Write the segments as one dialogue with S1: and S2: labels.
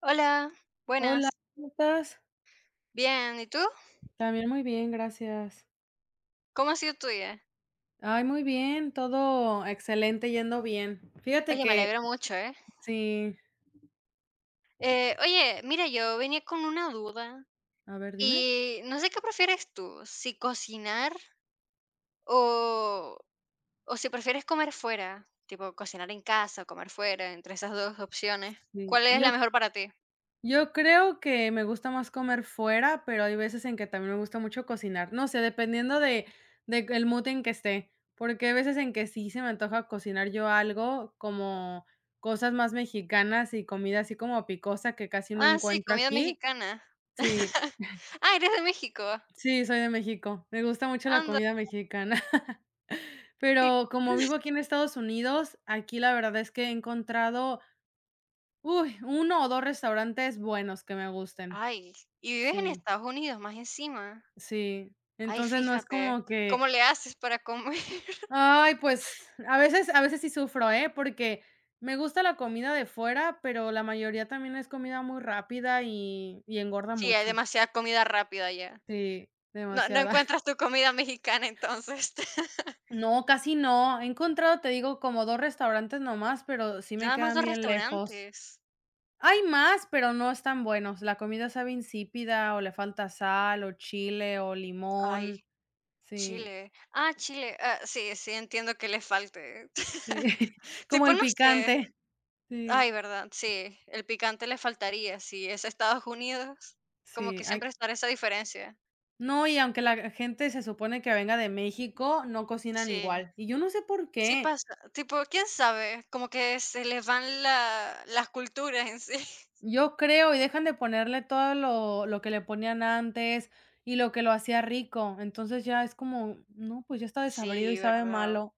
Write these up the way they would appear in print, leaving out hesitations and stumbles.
S1: Hola,
S2: Hola,
S1: buenas.
S2: ¿cómo estás?
S1: Bien, ¿y tú?
S2: También muy bien, gracias.
S1: ¿Cómo ha sido tu día?
S2: Ay, muy bien, todo excelente, yendo bien. Fíjate
S1: Oye, me
S2: que
S1: alegro mucho, ¿eh?
S2: sí,
S1: Oye, mira, yo venía con una duda
S2: a ver, dime.
S1: y no sé qué prefieres tú, si cocinar o, o si prefieres comer fuera, tipo cocinar en casa o comer fuera, entre esas dos opciones,
S2: Sí,
S1: ¿cuál es
S2: yo,
S1: la mejor para ti?
S2: yo creo que me gusta más comer fuera, pero hay veces en que también me gusta mucho cocinar. No sé, de el mood en que esté, porque hay veces en que sí se me antoja cocinar yo algo como cosas más mexicanas y comida así como picosa que casi no
S1: Ah, sí,
S2: encuentro
S1: comida
S2: aquí.
S1: mexicana.
S2: Sí,
S1: Ah, eres de México.
S2: sí, soy de México. Me gusta mucho la
S1: Anda,
S2: comida mexicana.
S1: qué...
S2: Pero como vivo aquí en Estados Unidos, aquí la verdad es que he encontrado, uy, uno o 2 restaurantes buenos que me gusten.
S1: Ay, y vives en
S2: Sí,
S1: Estados Unidos, más encima.
S2: sí.
S1: Ay,
S2: Entonces, no es
S1: fíjate,
S2: como que,
S1: ¿cómo le haces para comer?
S2: ay, pues, a veces sí sufro, ¿eh? Porque me gusta la comida de fuera, pero la mayoría también es comida muy rápida y engorda
S1: Sí, hay
S2: mucho.
S1: demasiada comida rápida ya.
S2: Sí,
S1: No
S2: demasiada.
S1: encuentras tu comida mexicana entonces.
S2: No, casi no. He encontrado, te digo, como 2 restaurantes nomás, pero sí me
S1: Nada más
S2: quedan
S1: 2
S2: bien lejos.
S1: restaurantes.
S2: Hay más, pero no están buenos. La comida sabe insípida, o le falta sal, o chile, o limón.
S1: Ay,
S2: Sí,
S1: Chile. Ah, Chile. Ah, sí, sí, entiendo que le falte.
S2: sí, como
S1: Tipo,
S2: el
S1: no sé.
S2: picante. Sí,
S1: Ay, verdad, sí, el picante le faltaría, si es Estados Unidos, como que
S2: sí, ay,
S1: siempre estará esa diferencia.
S2: no, y aunque la gente se supone que venga de México, no cocinan
S1: Sí,
S2: igual. Y yo no sé por
S1: sí
S2: qué.
S1: pasa. Tipo, quién sabe, como que se les van la las culturas en sí.
S2: Yo creo, y dejan de ponerle todo lo que le ponían antes y lo que lo hacía rico. Entonces ya es como, no, pues ya está desabrido y
S1: Sí,
S2: sabe
S1: verdad.
S2: malo.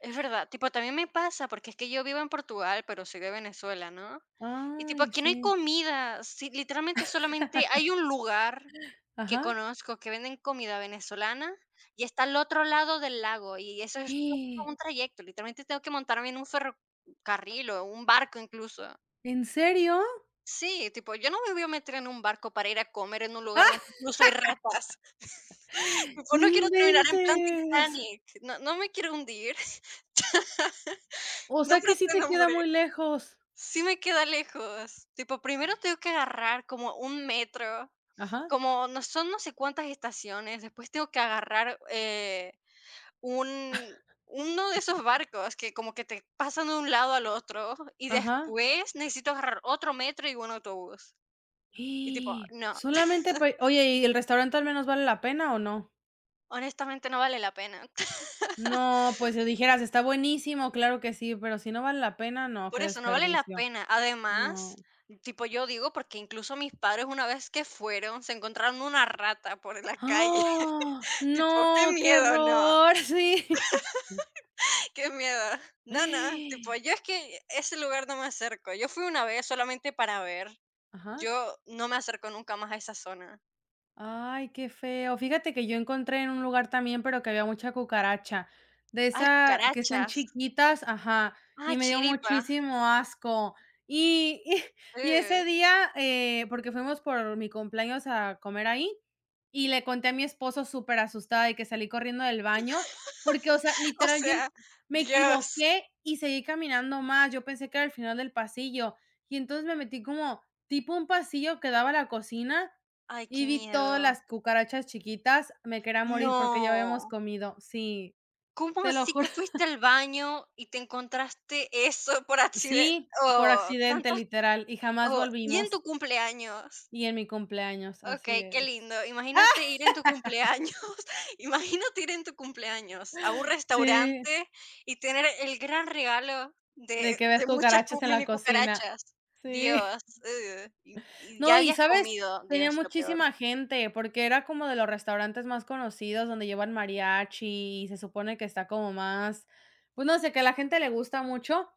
S1: Es verdad, tipo, también me pasa, porque es que yo vivo en Portugal, pero soy de Venezuela, ¿no? Y tipo,
S2: Ay,
S1: aquí no hay
S2: sí.
S1: comida, sí, literalmente solamente hay un lugar que
S2: Ajá.
S1: conozco que venden comida venezolana y está al otro lado del lago y eso es todo
S2: ¡Ah!
S1: un trayecto, literalmente tengo que montarme en un ferrocarril o un barco incluso.
S2: ¿En serio?
S1: Sí, tipo, yo no me voy a meter en un barco para ir a comer en un
S2: ¡Ah!
S1: lugar donde incluso hay ratas. Tipo,
S2: No
S1: no quiero terminar en plan
S2: inventes.
S1: Titanic, no, no me quiero hundir,
S2: O
S1: no
S2: sea que sí te
S1: pretendo
S2: queda
S1: morir.
S2: muy lejos.
S1: Sí me queda lejos. Tipo, primero tengo que agarrar como un metro,
S2: Ajá,
S1: como no sé cuántas estaciones, después tengo que agarrar un, uno de esos barcos que como que te pasan de un lado al otro y
S2: ajá.
S1: después necesito agarrar otro metro y un autobús. Y tipo,
S2: ¡Ah!
S1: no,
S2: Solamente pa oye, ¿y el restaurante al menos vale la pena o no?
S1: honestamente no vale la pena.
S2: No, pues si dijeras está buenísimo, claro que sí, pero si no vale la pena, no, qué
S1: Por eso no vale la
S2: desperdicio.
S1: pena. Además,
S2: No.
S1: tipo yo digo porque incluso mis padres una vez que fueron se encontraron una rata por la calle.
S2: ¡Ah!
S1: Tipo, qué
S2: No, qué
S1: miedo, no.
S2: error, sí.
S1: Qué miedo. No, no, tipo, yo es que ese lugar no me acerco. Yo fui una vez solamente para ver.
S2: Ajá.
S1: Yo no me acerco nunca más a esa zona.
S2: Ay, qué feo. Fíjate que yo encontré en un lugar también, pero que había mucha cucaracha. De
S1: Ay,
S2: esa que están
S1: cucarachas.
S2: chiquitas, ajá,
S1: Ah,
S2: y me dio
S1: chiripa.
S2: muchísimo asco. Y, y,
S1: eh.
S2: ese día, porque fuimos por mi cumpleaños a comer ahí, y le conté a mi esposo súper asustada y que salí corriendo del baño, porque, o sea,
S1: O
S2: literal, yo
S1: sea,
S2: me
S1: Dios.
S2: equivoqué y seguí caminando más. Yo pensé que era el final del pasillo, y entonces me metí como tipo un pasillo que daba a la cocina
S1: Ay,
S2: y
S1: qué
S2: vi todas
S1: miedo.
S2: las cucarachas chiquitas, me quería morir porque ya habíamos
S1: No.
S2: comido, sí,
S1: ¿Cómo
S2: te lo
S1: así
S2: juro.
S1: que fuiste al baño y te encontraste eso por accidente?
S2: Sí, por
S1: Oh,
S2: accidente,
S1: tantas.
S2: literal, y jamás
S1: Oh, y en
S2: volvimos.
S1: tu cumpleaños.
S2: Y en mi cumpleaños, así
S1: Okey, qué
S2: es.
S1: lindo. Imagínate ir en tu cumpleaños, imagínate ir en tu cumpleaños a un
S2: Sí,
S1: restaurante y tener el gran regalo
S2: de
S1: de
S2: que ves
S1: de muchas cu
S2: cucarachas en la
S1: mini
S2: cocina.
S1: cucarachas.
S2: Sí.
S1: Dios, ugh, y
S2: No,
S1: ya
S2: y
S1: habías
S2: ¿sabes?
S1: comido,
S2: Tenía
S1: Dios, lo peor.
S2: muchísima gente, porque era como de los restaurantes más conocidos donde llevan mariachi y se supone que está como más, pues no sé, que a la gente le gusta mucho.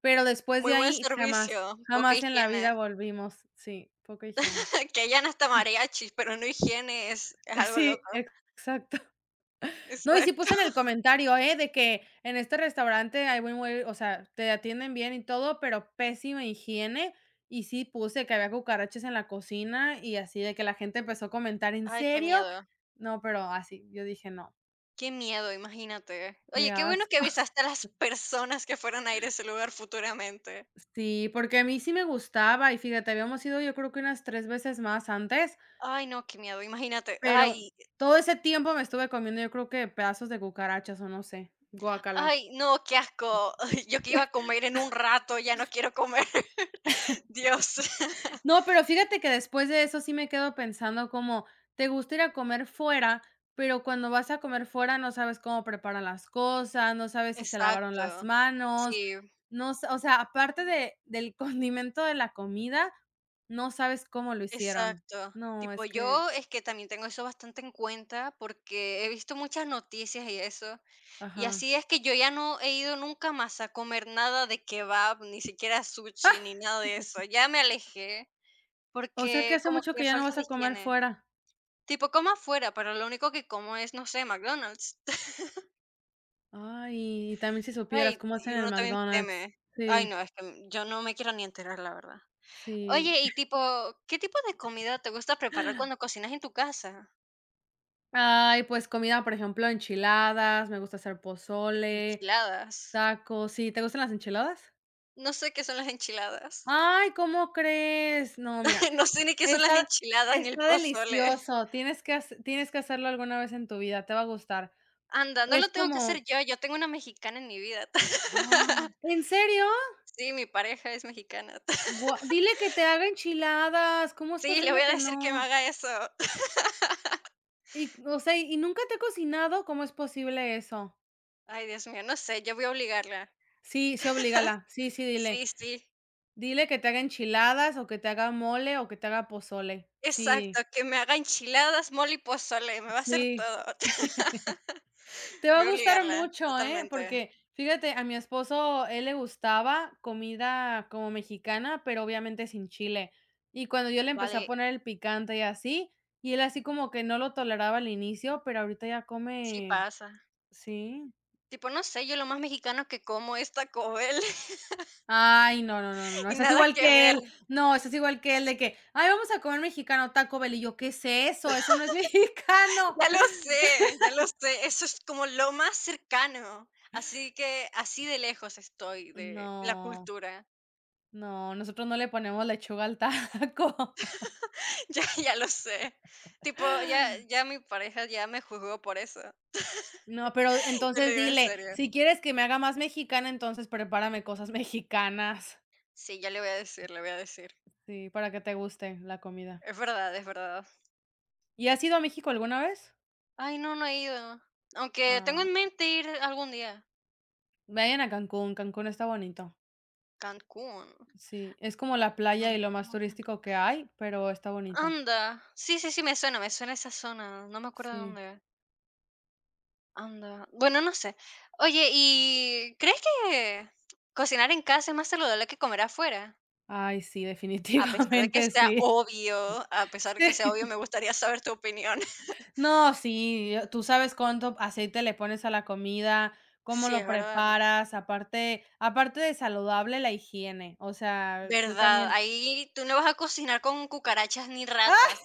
S2: Pero después
S1: Muy
S2: de
S1: buen
S2: ahí, jamás,
S1: servicio, poca
S2: jamás en la vida
S1: higiene.
S2: volvimos. Sí, poca higiene.
S1: Que hayan hasta mariachis, pero no higiene es algo loco.
S2: Sí, exacto. No, y sí puse
S1: Exacto.
S2: en el comentario, ¿eh? De que en este restaurante hay muy, o sea, te atienden bien y todo, pero pésima higiene. Y sí puse que había cucarachas en la cocina y así de que la gente empezó a comentar, ¿en
S1: Ay,
S2: serio? No, pero así, yo dije: "No,
S1: qué miedo, imagínate.
S2: qué
S1: Oye, qué bueno que
S2: asco".
S1: avisaste a las personas que fueran a ir a ese lugar futuramente.
S2: Sí, porque a mí sí me gustaba y fíjate, habíamos ido yo creo que unas 3 veces más antes.
S1: Ay, no, qué miedo, imagínate.
S2: Pero
S1: Ay,
S2: todo ese tiempo me estuve comiendo, yo creo que pedazos de cucarachas o no sé, guacala.
S1: ay, no, qué asco. Yo que iba a comer en un rato, ya no quiero comer. Dios.
S2: No, pero fíjate que después de eso sí me quedo pensando como, te gusta ir a comer fuera, pero cuando vas a comer fuera no sabes cómo preparan las cosas, no sabes si se lavaron las
S1: Exacto.
S2: manos,
S1: Sí,
S2: no s o sea, aparte de del condimento de la comida, no sabes cómo lo hicieron.
S1: exacto.
S2: No,
S1: Tipo,
S2: es que
S1: yo es que también tengo eso bastante en cuenta porque he visto muchas noticias y eso. Y
S2: ajá.
S1: así es que yo ya no he ido nunca más a comer nada de kebab, ni siquiera sushi, ni nada de eso. Ya me alejé
S2: O sea, que
S1: porque
S2: hace
S1: como
S2: mucho
S1: que
S2: que ya no
S1: falta
S2: vas
S1: de
S2: a comer
S1: higiene.
S2: fuera.
S1: Tipo, como afuera, pero lo único que como es, no sé, McDonald's.
S2: Ay, y también si supieras
S1: Ay,
S2: cómo hacen
S1: y
S2: el
S1: uno también
S2: McDonald's.
S1: teme. Ay,
S2: Sí,
S1: no, es que yo no me quiero ni enterar, la verdad.
S2: sí.
S1: Oye, y tipo, ¿qué tipo de comida te gusta preparar cuando cocinas en tu casa?
S2: Ay, pues comida, por ejemplo, enchiladas, me gusta hacer pozole,
S1: Enchiladas.
S2: tacos, sí, ¿te gustan las enchiladas?
S1: No sé qué son las enchiladas.
S2: Ay, ¿cómo crees? No, mira,
S1: No sé ni qué son las
S2: está
S1: enchiladas ni el
S2: está
S1: pozole.
S2: delicioso, tienes que hacerlo alguna vez en tu vida, te va a gustar.
S1: Anda, no
S2: Es
S1: lo tengo que hacer
S2: como
S1: yo, yo tengo una mexicana en mi vida.
S2: ¡Ah! ¿En serio?
S1: Sí, mi pareja es mexicana.
S2: Gua dile que te haga enchiladas, ¿cómo es
S1: Sí, le voy
S2: posible
S1: a
S2: que
S1: decir que me
S2: no?
S1: haga eso.
S2: Y, o sea, ¿y nunca te ha cocinado? ¿Cómo es posible eso?
S1: Ay, Dios mío, no sé, yo voy a obligarla.
S2: Sí, sí, oblígala. Sí, sí, dile.
S1: Sí, sí.
S2: Dile que te haga enchiladas, o que te haga mole, o que te haga pozole.
S1: Exacto,
S2: Sí,
S1: que me haga enchiladas, mole y pozole, me va a hacer
S2: sí.
S1: todo.
S2: Te va a
S1: Voy a
S2: gustar
S1: obligarla,
S2: mucho, ¿eh?
S1: totalmente.
S2: Porque, fíjate, a mi esposo, él le gustaba comida como mexicana, pero obviamente sin chile. Y cuando yo le empecé a
S1: Vale,
S2: poner el picante y así, y él así como que no lo toleraba al inicio, pero ahorita ya
S1: sí
S2: come
S1: pasa.
S2: sí.
S1: Tipo, no sé, yo lo más mexicano que como es Taco Bell
S2: Ay, no, no, no, no, no,
S1: y
S2: estás
S1: nada
S2: igual
S1: que
S2: que
S1: ver.
S2: él. No, estás igual que él de que: "Ay, vamos a comer mexicano, Taco Bell", y yo: "¿Qué es eso? Eso no es mexicano".
S1: Ya lo sé, eso es como lo más cercano. Así que así de lejos estoy de la
S2: No,
S1: cultura.
S2: no, nosotros no le ponemos lechuga al taco.
S1: Ya, ya lo sé. Tipo, ya, ya mi pareja ya me juzgó por eso.
S2: No, pero
S1: Yo le
S2: entonces
S1: digo en
S2: dile:
S1: serio.
S2: "Si quieres que me haga más mexicana, entonces prepárame cosas mexicanas".
S1: Sí, ya le voy a decir, le voy a decir.
S2: Sí, para que te guste la comida.
S1: Es verdad, es verdad.
S2: ¿Y has ido a México alguna vez?
S1: Ay, no, no he ido. Aunque tengo
S2: Ah,
S1: en mente ir algún día.
S2: vayan a Cancún, Cancún está bonito.
S1: Cancún.
S2: Sí, es como la playa y lo más
S1: Cancún,
S2: turístico que hay, pero está bonita.
S1: Anda. Sí, sí, sí, me suena esa zona. No me acuerdo
S2: Sí.
S1: dónde. Anda. Bueno, no sé. Oye, ¿y crees que cocinar en casa es más saludable que comer afuera?
S2: Ay, sí,
S1: A pesar de que
S2: definitivamente
S1: sea
S2: sí.
S1: obvio, a pesar de que sea obvio,
S2: Sí.
S1: me gustaría saber tu opinión.
S2: No, sí, yo- tú sabes cuánto aceite le pones a la comida, cómo
S1: Sí,
S2: lo
S1: es verdad.
S2: preparas, aparte de saludable, la higiene. O sea, yo
S1: Verdad.
S2: también
S1: Ahí tú no vas a cocinar con cucarachas ni ratas.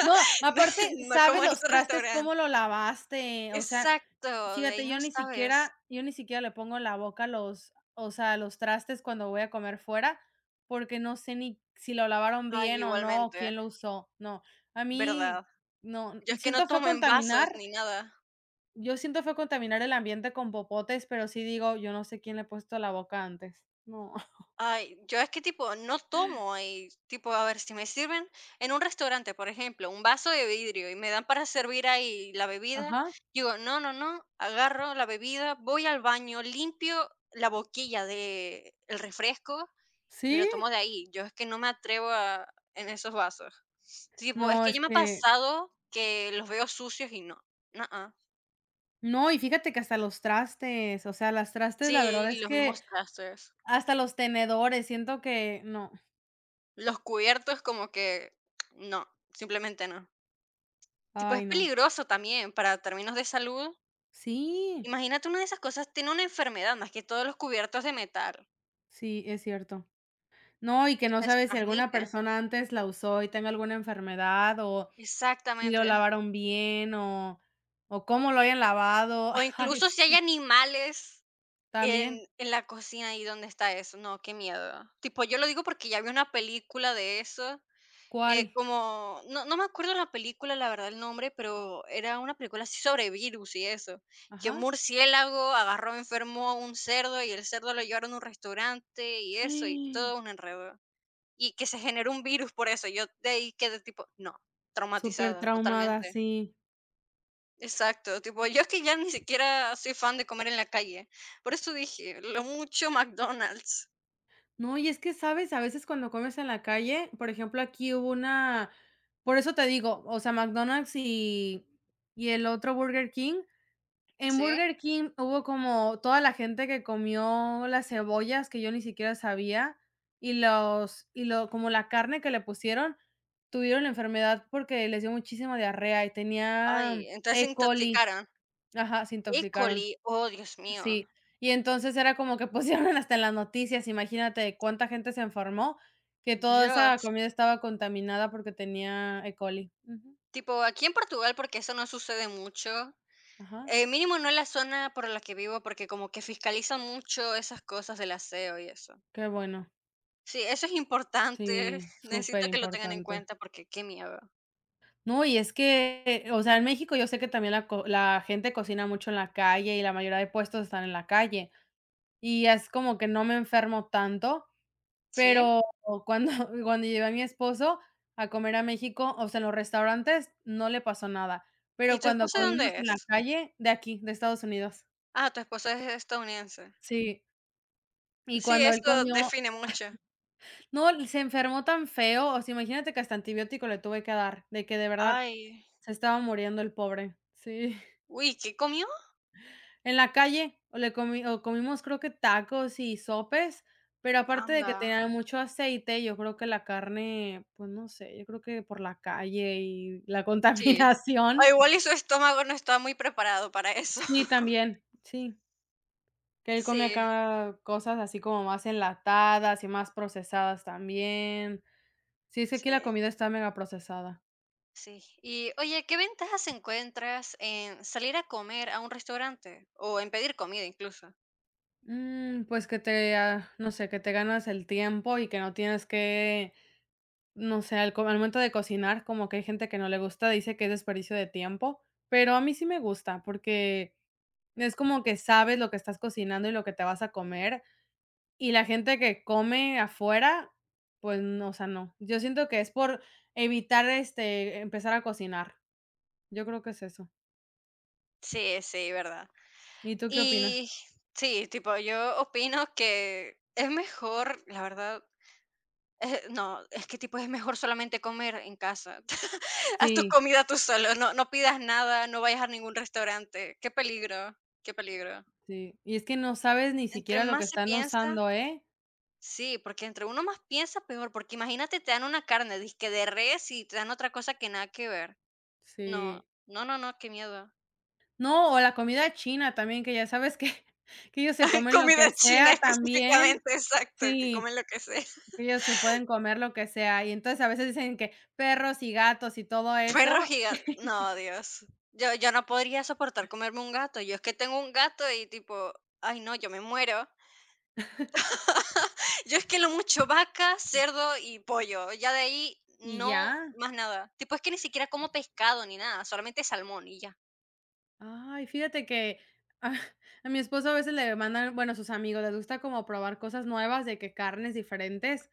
S2: no, aparte,
S1: No
S2: sabes
S1: como en
S2: los
S1: ese
S2: trastes cómo
S1: restaurante.
S2: lo lavaste, o sea,
S1: Exacto, de ahí
S2: fíjate, yo
S1: no
S2: ni
S1: sabes.
S2: siquiera yo ni siquiera le pongo en la boca los o sea, los trastes cuando voy a comer fuera, porque no sé ni si lo lavaron
S1: Ay,
S2: bien o no, o quién
S1: igualmente,
S2: lo usó, no. A mí,
S1: verdad.
S2: no,
S1: Yo es que no
S2: siento feo
S1: tomo en vasos
S2: contaminar,
S1: ni nada.
S2: yo siento feo contaminar el ambiente con popotes, pero sí digo, yo no sé quién le ha puesto la boca antes. No.
S1: Ay, yo es que tipo no tomo y tipo, a ver, si me sirven en un restaurante, por ejemplo, un vaso de vidrio y me dan para servir ahí la bebida,
S2: Ajá.
S1: digo, no, no, no, agarro la bebida, voy al baño, limpio la boquilla del refresco Me lo
S2: Sí.
S1: tomo de ahí, yo es que no me atrevo a en esos vasos. Tipo, es
S2: No,
S1: que
S2: es
S1: ya me ha
S2: que
S1: pasado que los veo sucios y no, no, ah.
S2: no, y fíjate que hasta los trastes, o sea, las trastes, la verdad
S1: Sí,
S2: es
S1: los
S2: que
S1: mismos trastes.
S2: hasta los tenedores, siento que no,
S1: Los cubiertos como que no, simplemente no. Tipo, es
S2: ay, no.
S1: peligroso también para términos de salud.
S2: Sí,
S1: Imagínate una de esas cosas tiene una enfermedad, más que todos los cubiertos de metal,
S2: sí, es cierto. No, y que no
S1: tipo se
S2: sabes si alguna
S1: transmiten.
S2: persona antes la usó y tenga alguna enfermedad, o si
S1: Exactamente.
S2: lo lavaron bien, o cómo lo hayan lavado.
S1: O
S2: Ay,
S1: incluso
S2: es
S1: si hay
S2: que
S1: animales
S2: también,
S1: en la cocina, ¿y dónde está eso? No, qué miedo. Tipo, yo lo digo porque ya vi una película de eso,
S2: ¿cuál?
S1: como no me acuerdo la película, la verdad, el nombre, pero era una película así sobre virus y eso, que un
S2: Ajá.
S1: murciélago agarró, enfermó a un cerdo y el cerdo lo llevaron a un restaurante y eso, y todo un enredo. Y que se generó un virus por eso. Yo de ahí quedé tipo, no, traumatizada
S2: Supertraumada,
S1: totalmente.
S2: sí.
S1: Exacto, tipo, yo es que ya ni siquiera soy fan de comer en la calle. Por eso dije, lo mucho McDonald's,
S2: No, y es que, ¿sabes? A veces cuando comes en la calle, por ejemplo, aquí hubo una por eso te digo, o sea, McDonald's y el otro Burger King. En
S1: ¿sí?
S2: Burger King hubo como toda la gente que comió las cebollas que yo ni siquiera sabía, y lo como la carne que le pusieron, tuvieron la enfermedad porque les dio muchísima diarrea y
S1: Ay,
S2: tenían
S1: entonces se
S2: E. coli.
S1: intoxicaron.
S2: Ajá, se
S1: E.
S2: intoxicaron.
S1: coli, oh, Dios mío,
S2: Sí, y entonces era como que pusieron hasta en las noticias, imagínate cuánta gente se enfermó, que toda esa
S1: Dios.
S2: comida estaba contaminada porque tenía E. coli. Ujú.
S1: Tipo, aquí en Portugal, porque eso no sucede mucho,
S2: Ajá,
S1: mínimo no en la zona por la que vivo, porque como que fiscalizan mucho esas cosas del aseo y eso.
S2: qué bueno.
S1: Sí, eso es importante,
S2: Sí, súper
S1: necesito que lo tengan en
S2: importante.
S1: cuenta porque qué miedo,
S2: No, y es que, o sea, en México yo sé que también la gente cocina mucho en la calle y la mayoría de puestos están en la calle, y es como que no me enfermo tanto.
S1: ¿sí?
S2: Pero cuando cuando llevé a mi esposo a comer a México, o sea, en los restaurantes no le pasó nada, pero
S1: ¿Y tu
S2: cuando
S1: esposa de
S2: comimos
S1: dónde
S2: en la
S1: es?
S2: calle de aquí, de Estados Unidos.
S1: Ah, tu esposa es estadounidense.
S2: Sí, y
S1: Sí,
S2: cuando él
S1: eso
S2: comió
S1: define mucho.
S2: no, se enfermó tan feo, o sea, imagínate que hasta antibiótico le tuve que dar, de que de verdad
S1: Ay,
S2: se estaba muriendo el pobre. Sí.
S1: uy, ¿qué comió?
S2: En la calle, o comimos creo que tacos y sopes, pero aparte de que
S1: Anda,
S2: tenían mucho aceite, yo creo que la carne, pues, no sé, yo creo que por la calle y la
S1: sí. O
S2: contaminación.
S1: igual y su estómago no está muy preparado para eso.
S2: Sí, también, sí, que él come
S1: Sí,
S2: acá cosas así como más enlatadas y más procesadas también. Sí, es que aquí
S1: sí,
S2: la comida está megaprocesada.
S1: sí. Y oye, ¿qué ventajas encuentras en salir a comer a un restaurante o en pedir comida incluso?
S2: Mm, pues que te, ah, no sé, que te ganas el tiempo y que no tienes que no sé, al momento de cocinar, como que hay gente que no le gusta, dice que es desperdicio de tiempo, pero a mí sí me gusta, porque es como que sabes lo que estás cocinando y lo que te vas a comer, y la gente que come afuera, pues no, o sea, no. Yo siento que es por evitar, este, empezar a cocinar. Yo creo que es eso.
S1: Sí, sí, verdad.
S2: ¿Y tú qué opinas?
S1: Y sí, tipo, yo opino que es mejor, la verdad, no, es que tipo es mejor solamente comer en casa. Haz tu
S2: Sí,
S1: comida tú solo, no pidas nada, no vayas a ningún restaurante. Qué peligro, qué peligro.
S2: sí. Y es que no sabes ni
S1: Entre
S2: siquiera lo que
S1: más se
S2: están
S1: piensa
S2: usando, ¿eh?
S1: sí, porque entre uno más piensa, peor, porque imagínate, te dan una carne dizque de res y te dan otra cosa que nada que ver. No,
S2: Sí.
S1: no, no, no, qué miedo.
S2: No, o la comida china también, que ya sabes que que ellos se comen lo que
S1: Comida china
S2: sea también.
S1: específicamente, exacto, que
S2: Sí,
S1: comen lo que sea.
S2: que ellos se pueden comer lo que sea. Y entonces a veces dicen que perros y gatos y todo
S1: Perros
S2: eso,
S1: y gat no, Dios. Yo no podría soportar comerme un gato. Yo es que tengo un gato y tipo, ay no, yo me muero. Yo es que lo mucho vaca, cerdo y pollo. Ya de ahí
S2: y
S1: no
S2: ya.
S1: más nada. Tipo, es que ni siquiera como pescado ni nada, solamente salmón y ya.
S2: Ay, fíjate que a a mi esposo a veces le mandan, bueno, sus amigos les gusta como probar cosas nuevas, de que carnes diferentes,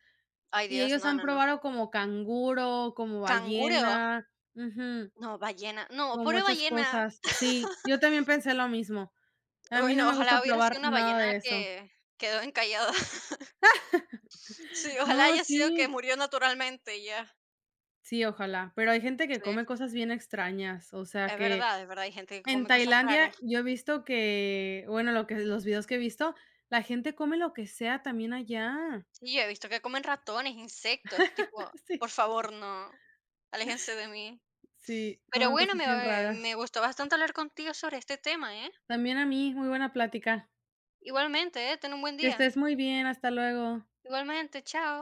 S1: Ay,
S2: y
S1: Dios,
S2: ellos
S1: no,
S2: han
S1: no, no.
S2: probado como canguro, como
S1: ¿Canguro?
S2: ballena, ujú,
S1: No, ballena. No,
S2: como
S1: pobre
S2: esas
S1: ballena.
S2: cosas. Sí, yo también pensé lo mismo. A mí no
S1: Bueno,
S2: me
S1: ojalá
S2: gusta
S1: hubiera
S2: probar
S1: sido una
S2: nada de
S1: ballena
S2: eso.
S1: que quedó encallada. Sí, ojalá
S2: No,
S1: haya sido que
S2: sí,
S1: murió naturalmente y ya.
S2: sí, ojalá, pero hay gente que
S1: Sí,
S2: come cosas bien extrañas, o sea, que
S1: es verdad, hay gente que
S2: en
S1: come cosas
S2: Tailandia
S1: raras.
S2: yo he visto que, bueno, lo que los videos que he visto, la gente come lo que sea también allá.
S1: Sí, yo he visto que comen ratones, insectos, tipo,
S2: Sí,
S1: por favor, no, aléjense de mí.
S2: sí,
S1: Pero
S2: comen
S1: bueno,
S2: cosas
S1: me,
S2: bien
S1: me
S2: raras.
S1: gustó bastante hablar contigo sobre este tema, ¿eh?
S2: También a mí, muy buena plática.
S1: Igualmente, ¿eh? Ten un buen
S2: Que
S1: día.
S2: estés muy bien, hasta luego.
S1: Igualmente, chao.